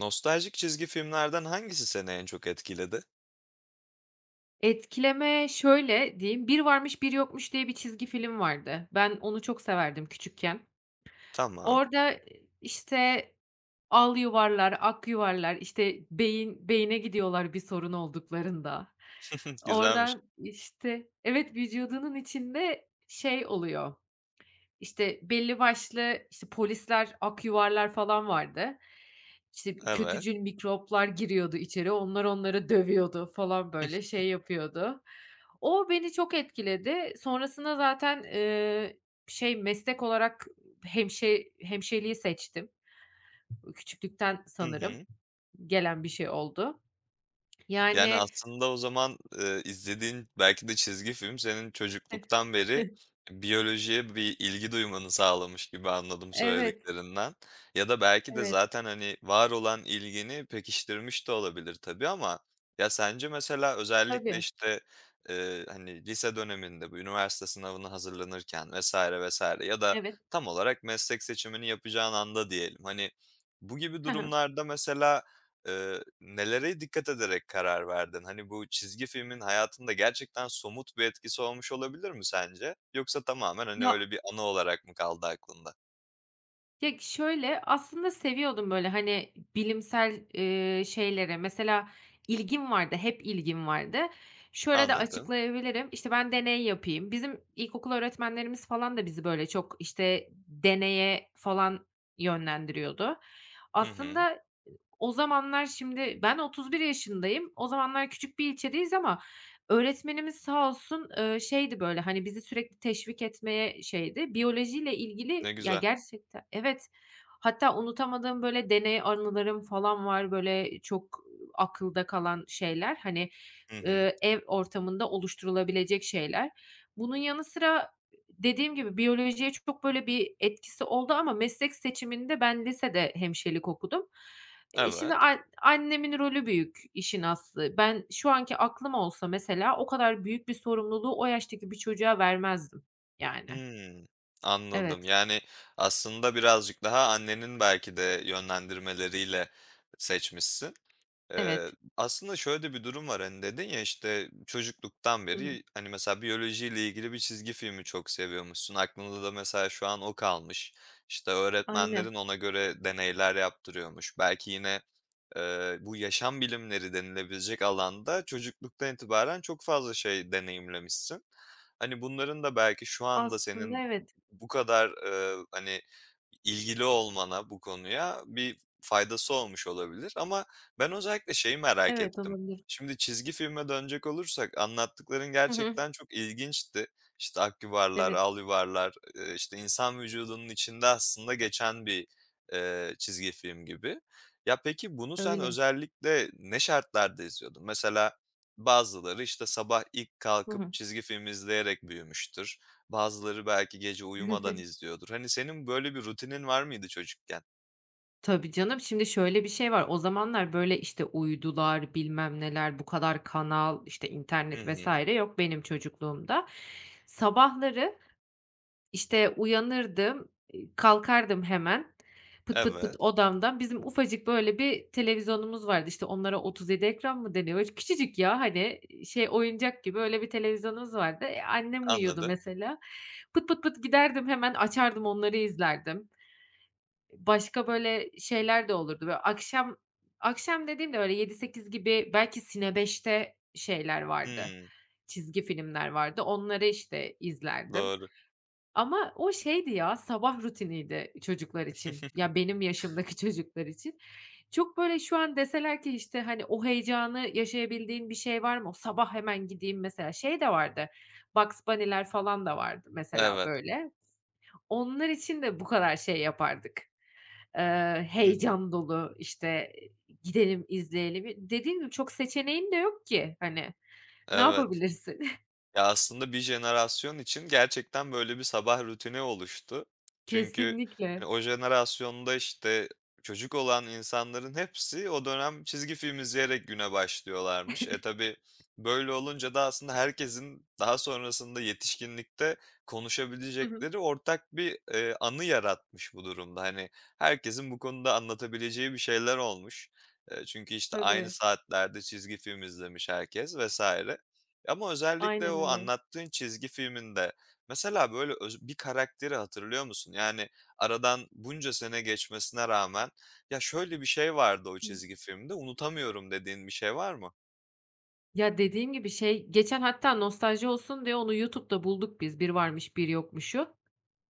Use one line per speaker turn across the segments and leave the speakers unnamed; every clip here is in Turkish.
Nostaljik çizgi filmlerden hangisi seni en çok etkiledi?
Etkileme şöyle diyeyim, "Bir Varmış Bir Yokmuş" diye bir çizgi film vardı. Ben onu çok severdim küçükken.
Tamam.
Orada, işte, al yuvarlar, ak yuvarlar, işte, beyin beyine gidiyorlar bir sorun olduklarında.
Güzelmiş.
Oradan, işte, Evet, vücudunun içinde şey oluyor, işte, belli başlı, işte, polisler, akyuvarlar falan vardı. İşte,
Evet.
kötücül mikroplar giriyordu içeri. Onlar onları dövüyordu falan, böyle, şey yapıyordu. O beni çok etkiledi. Sonrasında zaten, şey, meslek olarak hemşireliği seçtim. Küçüklükten
Hı
sanırım
hı.
gelen bir şey oldu.
Yani,
Yani.
aslında o zaman, izlediğin belki de çizgi film senin çocukluktan beri biyolojiye bir ilgi duymanı sağlamış gibi anladım
Evet,
söylediklerinden. Ya da belki de
evet.
zaten, hani, var olan ilgini pekiştirmiş de olabilir tabii ama ya, sence mesela özellikle,
Tabii.
işte, hani, lise döneminde bu üniversite sınavına hazırlanırken vesaire vesaire ya da
Evet.
tam olarak meslek seçimini yapacağın anda diyelim, hani, bu gibi
Hı hı.
durumlarda mesela nelere dikkat ederek karar verdin? Hani, bu çizgi filmin hayatında gerçekten somut bir etkisi olmuş olabilir mi sence? Yoksa tamamen, hani,
Ya
öyle bir anı olarak mı kaldı aklında?
Ya, şöyle, aslında seviyordum, böyle, hani, bilimsel, şeyleri. Mesela ilgim vardı, hep ilgim vardı. Şöyle de
Anladım.
açıklayabilirim, işte, ben deney yapayım. Bizim ilkokul öğretmenlerimiz falan da bizi, böyle, çok, işte, deneye falan yönlendiriyordu.
Hı hı.
Aslında o zamanlar şimdi ben 31 yaşındayım. O zamanlar küçük bir ilçedeyiz ama öğretmenimiz sağ olsun, şeydi, böyle, hani, bizi sürekli teşvik etmeye şeydi. Biyolojiyle ilgili
Ne
ya,
güzel.
gerçekten. Evet. Hatta unutamadığım, böyle, deney anılarım falan var, böyle, çok akılda kalan şeyler. Hani,
Hı hı.
ev ortamında oluşturulabilecek şeyler. Bunun yanı sıra dediğim gibi biyolojiye çok, böyle, bir etkisi oldu ama meslek seçiminde ben lisede hemşirelik okudum. Şimdi
Evet.
annemin rolü büyük işin aslı. Ben şu anki aklım olsa mesela o kadar büyük bir sorumluluğu o yaştaki bir çocuğa vermezdim yani.
Hımm. Anladım.
Evet,
Yani, aslında birazcık daha annenin belki de yönlendirmeleriyle seçmişsin.
evet.
Aslında şöyle de bir durum var, hani, dedin ya, işte, çocukluktan
Hı hı.
beri, hani, mesela biyolojiyle ilgili bir çizgi filmi çok seviyormuşsun. Aklında da mesela şu an o kalmış. İşte,
Aynen.
öğretmenlerin ona göre deneyler yaptırıyormuş. Belki yine bu yaşam bilimleri denilebilecek alanda çocukluktan itibaren çok fazla şey deneyimlemişsin. Hani, bunların da belki şu anda
Aslında
senin
evet.
bu kadar, hani, ilgili olmana bu konuya bir faydası olmuş olabilir ama ben özellikle şeyi merak
Evet,
ettim.
olabilir.
Şimdi çizgi filme dönecek olursak anlattıkların
Hı hı.
gerçekten çok ilginçti. İşte, ak yuvarlar,
Evet,
al yuvarlar, işte, insan vücudunun içinde aslında geçen bir, çizgi film gibi. Ya, peki bunu sen
öyle.
özellikle ne şartlarda izliyordun? Mesela bazıları, işte, sabah ilk
Hı
kalkıp
hı.
çizgi film izleyerek büyümüştür. Bazıları belki gece uyumadan izliyordur. Hani, senin böyle bir rutinin var mıydı çocukken?
Tabii canım. Şimdi şöyle bir şey var. O zamanlar böyle, işte, uydular, bilmem neler, bu kadar kanal, işte,
Hı
internet
hı.
vesaire yok benim çocukluğumda. Sabahları, İşte, uyanırdım, kalkardım hemen pıt pıt pıt
Evet,
odamdan. Bizim ufacık böyle bir televizyonumuz vardı. İşte, onlara 37 ekran mı deniyor? Böyle küçücük ya, hani, şey, oyuncak gibi öyle bir televizyonumuz vardı. Annem uyuyordu
anladım.
mesela. Pıt pıt pıt giderdim, hemen açardım, onları izlerdim. Başka böyle şeyler de olurdu. Böyle akşam, akşam dediğimde böyle 7-8 gibi belki Cine 5'te şeyler vardı,
Hımm,
çizgi filmler vardı. Onları, işte, izlerdim.
doğru.
Ama o şeydi ya, sabah rutiniydi çocuklar için. Ya, benim yaşımdaki çocuklar için. Çok, böyle, şu an deseler ki, işte, hani, o heyecanı yaşayabildiğin bir şey var mı? O sabah hemen gideyim mesela. Şey de vardı, Bugs Bunny'ler falan da vardı mesela,
Evet.
böyle. Onlar için de bu kadar şey yapardık.
Hı hı.
Heyecan dolu, işte, gidelim, izleyelim. Dediğim gibi çok seçeneğin de yok ki, hani, ne
Evet.
yapabilirsin?
Ya, aslında bir jenerasyon için gerçekten böyle bir sabah rutini oluştu. Çünkü,
Kesinlikle.
hani, o jenerasyonda, işte, çocuk olan insanların hepsi o dönem çizgi film izleyerek güne başlıyorlarmış. E, tabii böyle olunca da aslında herkesin daha sonrasında yetişkinlikte
Hı hı.
konuşabilecekleri ortak bir, anı yaratmış bu durumda. Hani, herkesin bu konuda anlatabileceği bir şeyler olmuş. Çünkü, işte, aynı
Tabii.
saatlerde çizgi film izlemiş herkes vesaire. Ama özellikle
Aynen
o
öyle.
anlattığın çizgi filminde mesela, böyle, öz bir karakteri hatırlıyor musun? Yani, aradan bunca sene geçmesine rağmen, "Ya, şöyle bir şey vardı o çizgi filmde, unutamıyorum." dediğin bir şey var mı?
Ya, dediğim gibi, şey, geçen hatta nostalji olsun diye onu YouTube'da bulduk biz, Bir Varmış Bir Yokmuş'u.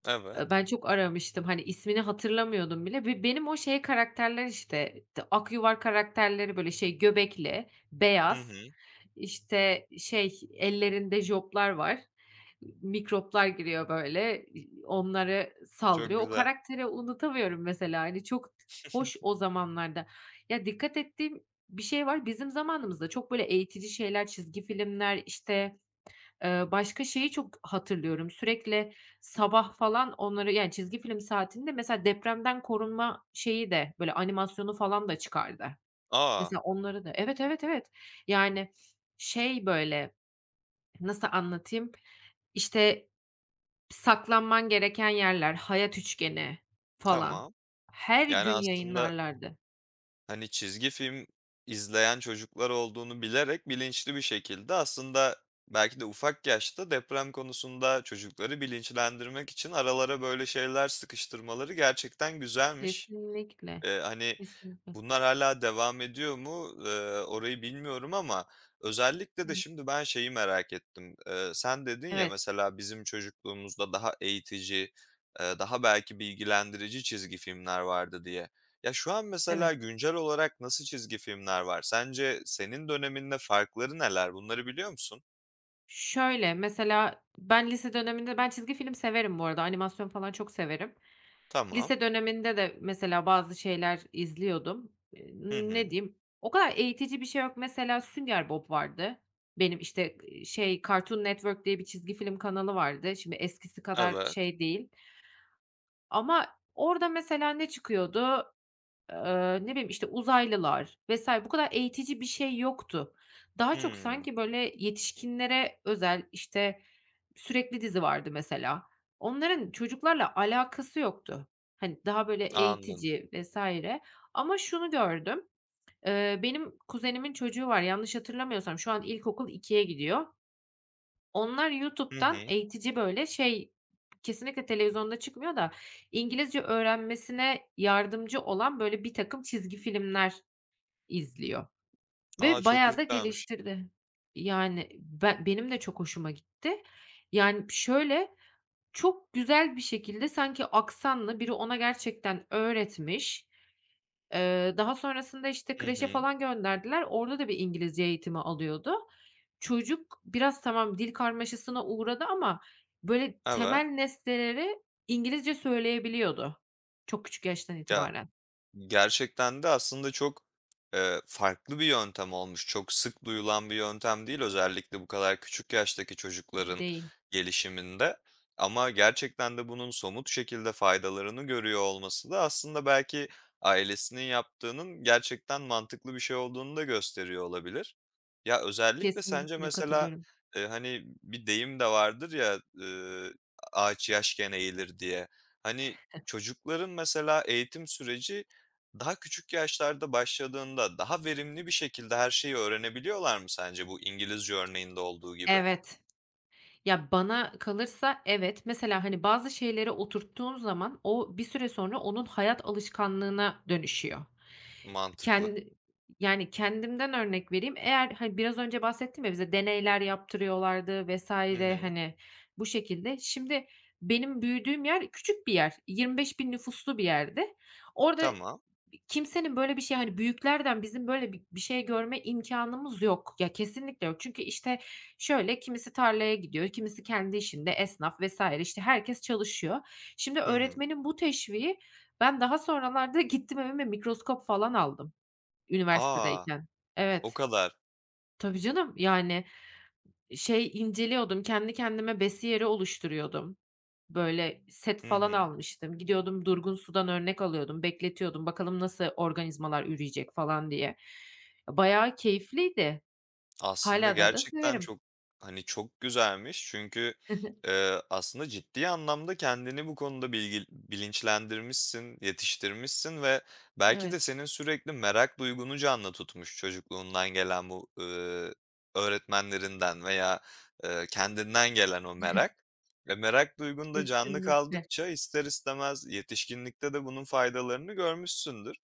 Evet.
Ben çok aramıştım, hani, ismini hatırlamıyordum bile. Benim o şey karakterler, işte, akyuvar karakterleri, böyle, şey, göbekli,
Hı
beyaz,
hı.
işte, şey, ellerinde joplar var. Mikroplar giriyor, böyle, onlara
Çok
saldırıyor. O
güzel.
karakteri unutamıyorum mesela, hani, çok hoş o zamanlarda. Ya, dikkat ettiğim bir şey var, bizim zamanımızda çok, böyle, eğitici şeyler, çizgi filmler, işte. Başka şeyi çok hatırlıyorum. Sürekli sabah falan onları, yani çizgi film saatinde mesela depremden korunma şeyi de, böyle, animasyonu falan da çıkardı.
Aa.
Mesela onları da. Evet, evet, evet. Yani şey, böyle, nasıl anlatayım? İşte, saklanman gereken yerler, hayat üçgeni falan.
Tamam.
Her
Yani,
gün
aslında
yayınlarlardı.
hani, çizgi film izleyen çocuklar olduğunu bilerek bilinçli bir şekilde aslında belki de ufak yaşta deprem konusunda çocukları bilinçlendirmek için aralara böyle şeyler sıkıştırmaları gerçekten güzelmiş.
Kesinlikle.
Hani,
Kesinlikle.
bunlar hala devam ediyor mu, orayı bilmiyorum ama özellikle
Hı
de
hı.
şimdi ben şeyi merak ettim. Sen dedin ya,
Evet,
mesela bizim çocukluğumuzda daha eğitici, daha belki bilgilendirici çizgi filmler vardı diye. Ya, şu an mesela
evet.
güncel olarak nasıl çizgi filmler var? Sence senin döneminde farkları neler? Bunları biliyor musun?
Şöyle, mesela ben lise döneminde, ben çizgi film severim bu arada, animasyon falan çok severim.
Tamam.
Lise döneminde de mesela bazı şeyler izliyordum.
Hı
Ne
hı.
diyeyim, o kadar eğitici bir şey yok. Mesela Sünger Bob vardı. Benim, işte, şey, Cartoon Network diye bir çizgi film kanalı vardı. Şimdi eskisi kadar
Evet.
şey değil ama orada mesela ne çıkıyordu? Ne bileyim, işte, uzaylılar vesaire, bu kadar eğitici bir şey yoktu. Daha çok
Hımm.
sanki, böyle, yetişkinlere özel, işte, sürekli dizi vardı mesela. Onların çocuklarla alakası yoktu. Hani, daha, böyle,
Anladım.
eğitici vesaire. Ama şunu gördüm, benim kuzenimin çocuğu var, yanlış hatırlamıyorsam şu an ilkokul ikiye gidiyor. Onlar
Hı
YouTube'dan
hı.
eğitici, böyle, şey, kesinlikle televizyonda çıkmıyor da, İngilizce öğrenmesine yardımcı olan, böyle, birtakım çizgi filmler izliyor
A,
ve
çok
bayağı da
güzelmiş.
geliştirdi. Yani, benim de çok hoşuma gitti. Yani, şöyle, çok güzel bir şekilde sanki aksanlı biri ona gerçekten öğretmiş. Daha sonrasında, işte,
Hı
kreşe
hı.
falan gönderdiler. Orada da bir İngilizce eğitimi alıyordu. Çocuk biraz tamam dil karmaşasına uğradı ama böyle
Evet.
temel nesneleri İngilizce söyleyebiliyordu. Çok küçük yaştan
Ya,
itibaren.
gerçekten de aslında çok, farklı bir yöntem olmuş. Çok sık duyulan bir yöntem değil, özellikle bu kadar küçük yaştaki çocukların
Değil.
gelişiminde. Ama gerçekten de bunun somut şekilde faydalarını görüyor olması da aslında belki ailesinin yaptığının gerçekten mantıklı bir şey olduğunu da gösteriyor olabilir. Ya, özellikle sence
Kesinlikle
mesela,
katılıyorum.
hani, bir deyim de vardır ya, "Ağaç yaşken eğilir." diye. Hani, çocukların mesela eğitim süreci daha küçük yaşlarda başladığında daha verimli bir şekilde her şeyi öğrenebiliyorlar mı sence bu İngilizce örneğinde olduğu gibi?
Evet. Ya, bana kalırsa evet. Mesela, hani, bazı şeyleri oturttuğun zaman o bir süre sonra onun hayat alışkanlığına dönüşüyor.
Mantıklı.
Kendi, yani, kendimden örnek vereyim. Eğer, hani, biraz önce bahsettim ya, bize deneyler yaptırıyorlardı
Hı
vesaire,
hı.
hani, bu şekilde. Şimdi benim büyüdüğüm yer küçük bir yer. 25.000 nüfuslu bir yerde. Orada
Tamam.
kimsenin böyle bir şey, hani, büyüklerden bizim böyle bir şey görme imkanımız yok. Ya, kesinlikle yok. Çünkü, işte, şöyle, kimisi tarlaya gidiyor, kimisi kendi işinde esnaf vesaire, işte, herkes çalışıyor. Şimdi
Hı hı.
öğretmenin bu teşviği, ben daha sonralarda gittim evime mikroskop falan aldım
A!
üniversitedeyken.
O
Evet.
kadar.
Tabii canım, yani, şey inceliyordum, kendi kendime besiyeri oluşturuyordum. Böyle set
Hı
falan
hı.
almıştım. Gidiyordum durgun sudan örnek alıyordum, bekletiyordum. Bakalım nasıl organizmalar üreyecek falan diye. Bayağı keyifliydi.
Aslında
Hâlâ da
gerçekten
severim.
çok, hani, çok güzelmiş çünkü, aslında ciddi anlamda kendini bu konuda bilinçlendirmişsin, yetiştirmişsin ve belki
Evet,
de senin sürekli merak duygunu canlı tutmuş çocukluğundan gelen bu, öğretmenlerinden veya, kendinden gelen o merak. Ve merak duygun da canlı
kesinlikle.
kaldıkça ister istemez yetişkinlikte de bunun faydalarını görmüşsündür.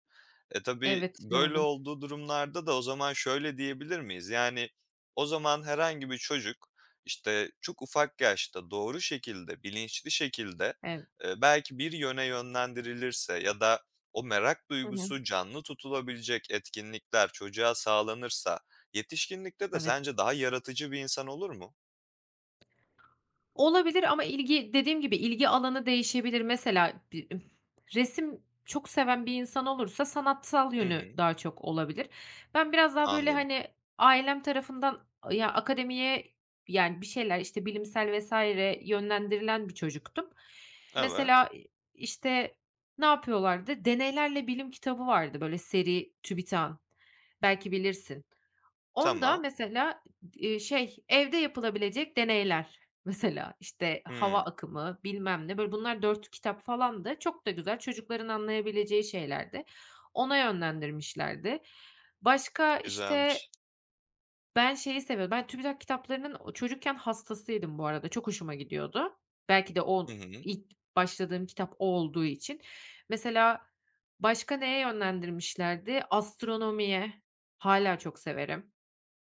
E, tabii
Evet,
böyle
gördüm.
olduğu durumlarda da o zaman şöyle diyebilir miyiz? Yani, o zaman herhangi bir çocuk, işte, çok ufak yaşta doğru şekilde, bilinçli şekilde,
Evet.
belki bir yöne yönlendirilirse ya da o merak
Hı hı.
duygusu canlı tutulabilecek etkinlikler çocuğa sağlanırsa yetişkinlikte de
Evet.
sence daha yaratıcı bir insan olur mu?
Olabilir ama ilgi, dediğim gibi, ilgi alanı değişebilir. Mesela resim çok seven bir insan olursa sanatsal
Hı
yönü
hı,
daha çok olabilir. Ben biraz daha böyle,
anladım.
hani, ailem tarafından ya, akademiye, yani, bir şeyler, işte, bilimsel vesaire yönlendirilen bir çocuktum.
Evet,
Mesela, işte, ne yapıyorlardı? Deneylerle Bilim kitabı vardı, böyle, seri, TÜBİTAK'ın. Belki bilirsin. Onda
tamam.
mesela, şey, evde yapılabilecek deneyler, mesela, işte, hava
Hımm,
akımı, bilmem ne, böyle, bunlar 4 kitap falan da, çok da güzel, çocukların anlayabileceği şeylerdi. Ona yönlendirmişlerdi. Başka, işte,
güzelmiş.
ben şeyi seviyordum, ben TÜBİTAK kitaplarının o çocukken hastasıydım bu arada, çok hoşuma gidiyordu. Belki de
Hı
o
hı.
ilk başladığım kitap o olduğu için. Mesela başka neye yönlendirmişlerdi? Astronomiye, hala çok severim.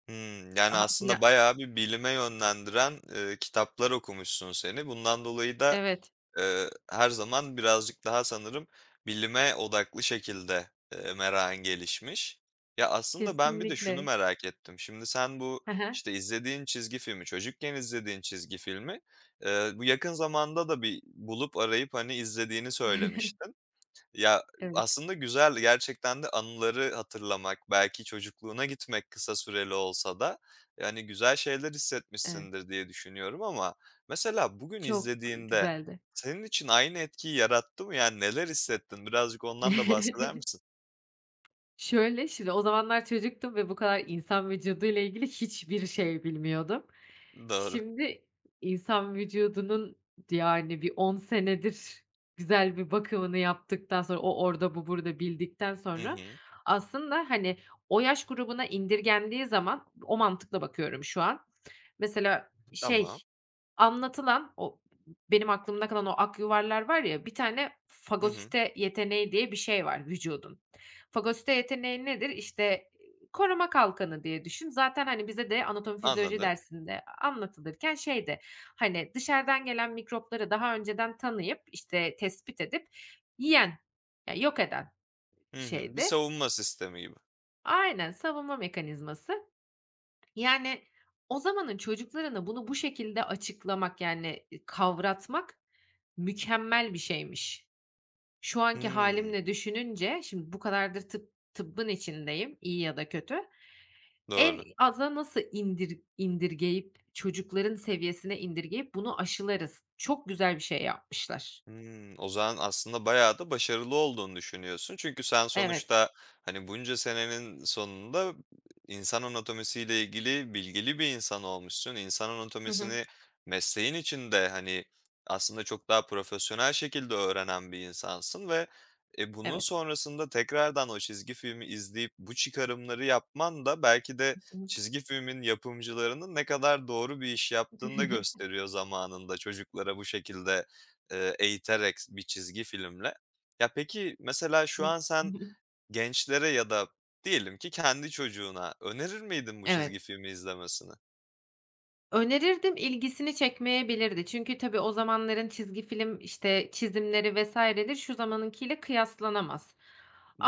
Hımm. Yani,
Ha
aslında bayağı bir bilime yönlendiren, kitaplar okumuşsun seni. Bundan dolayı da,
Evet,
her zaman birazcık daha sanırım bilime odaklı şekilde, merakın gelişmiş. Ya, aslında ben bir de şunu
kesinlikle.
merak ettim. Şimdi sen bu,
Hı hı.
işte, izlediğin çizgi filmi, çocukken izlediğin çizgi filmi, bu yakın zamanda da bir bulup arayıp, hani, izlediğini söylemiştin. Ya,
Evet,
aslında güzel gerçekten de anıları hatırlamak, belki çocukluğuna gitmek kısa süreli olsa da, yani, güzel şeyler
evet.
hissetmişsindir diye düşünüyorum ama mesela bugün
Çok
izlediğinde
güzeldi.
senin için aynı etkiyi yarattı mı? Yani, neler hissettin? Birazcık ondan da bahseder misin?
Şöyle, şimdi o zamanlar çocuktum ve bu kadar insan vücuduyla ilgili hiçbir şey bilmiyordum.
Doğru.
Şimdi insan vücudunun, yani bir 10 senedir güzel bir bakımını yaptıktan sonra, o orada, bu burada bildikten
Hı
sonra
hı.
aslında, hani, o yaş grubuna indirgendiği zaman o mantıkla bakıyorum şu an. Mesela
Tamam.
şey, anlatılan o, benim aklımda kalan o ak yuvarlar var ya, bir tane
Hı hı.
fagosite yeteneği diye bir şey var vücudun. Fagosito yeteneği nedir? İşte, koruma kalkanı diye düşün. Zaten, hani, bize de anatomi fizyoloji
Anladım.
dersinde anlatılırken şey de, hani, dışarıdan gelen mikropları daha önceden tanıyıp, işte, tespit edip yiyen, ya, yok eden
Hı hı. Bir
şeydi.
savunma sistemi gibi.
Aynen, savunma mekanizması. Yani, o zamanın çocuklarına bunu bu şekilde açıklamak, yani, kavratmak mükemmel bir şeymiş. Şu anki
Hımm.
halimle düşününce, şimdi bu kadardır tıbbın içindeyim, iyi ya da kötü. En
Doğru.
aza nasıl indirgeyip, çocukların seviyesine indirgeyip bunu aşılarız. Çok güzel bir şey yapmışlar.
Hımm, o zaman aslında bayağı da başarılı olduğunu düşünüyorsun. Çünkü sen
Evet.
sonuçta, hani, bunca senenin sonunda insan anatomisiyle ilgili bilgili bir insan olmuşsun. İnsan
Hı hı.
anatomisini mesleğin içinde, hani, aslında çok daha profesyonel şekilde öğrenen bir insansın ve, e, bunun
Evet.
sonrasında tekrardan o çizgi filmi izleyip bu çıkarımları yapman da belki de
Hı hı.
çizgi filmin yapımcılarının ne kadar doğru bir iş yaptığını da gösteriyor zamanında çocuklara bu şekilde eğiterek bir çizgi filmle. Ya, peki, mesela şu an sen gençlere ya da diyelim ki kendi çocuğuna önerir miydin bu çizgi
Evet.
filmi izlemesini?
Önerirdim, ilgisini çekmeyebilirdi. Çünkü tabii o zamanların çizgi film, işte, çizimleri vesairedir, şu zamanınkiyle kıyaslanamaz.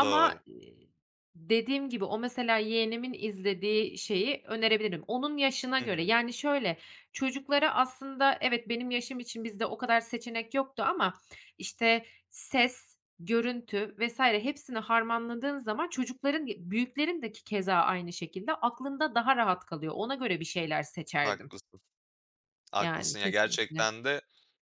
Doğru.
dediğim gibi o mesela yeğenimin izlediği şeyi önerebilirim. Onun yaşına
Hı
göre,
hı.
yani, şöyle, çocuklara aslında evet, benim yaşım için bizde o kadar seçenek yoktu ama, işte, ses, görüntü vesaire hepsini harmanladığın zaman çocukların, büyüklerin de ki keza aynı şekilde aklında daha rahat kalıyor. Ona göre bir şeyler seçerdim.
Haklısın,
Yani
haklısın. Ya,
kesinlikle.
gerçekten de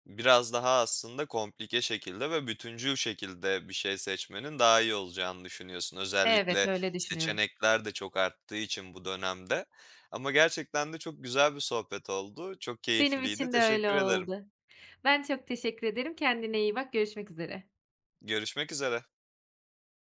biraz daha aslında komplike şekilde ve bütüncül şekilde bir şey seçmenin daha iyi olacağını düşünüyorsun.
Evet,
Özellikle
öyle düşünüyorum.
seçenekler de çok arttığı için bu dönemde. Ama gerçekten de çok güzel bir sohbet oldu. Çok
Benim
keyifliydi.
için de öyle
Teşekkür ederim.
oldu. Ben çok teşekkür ederim. Kendine iyi bak. Görüşmek üzere.
Görüşmek üzere.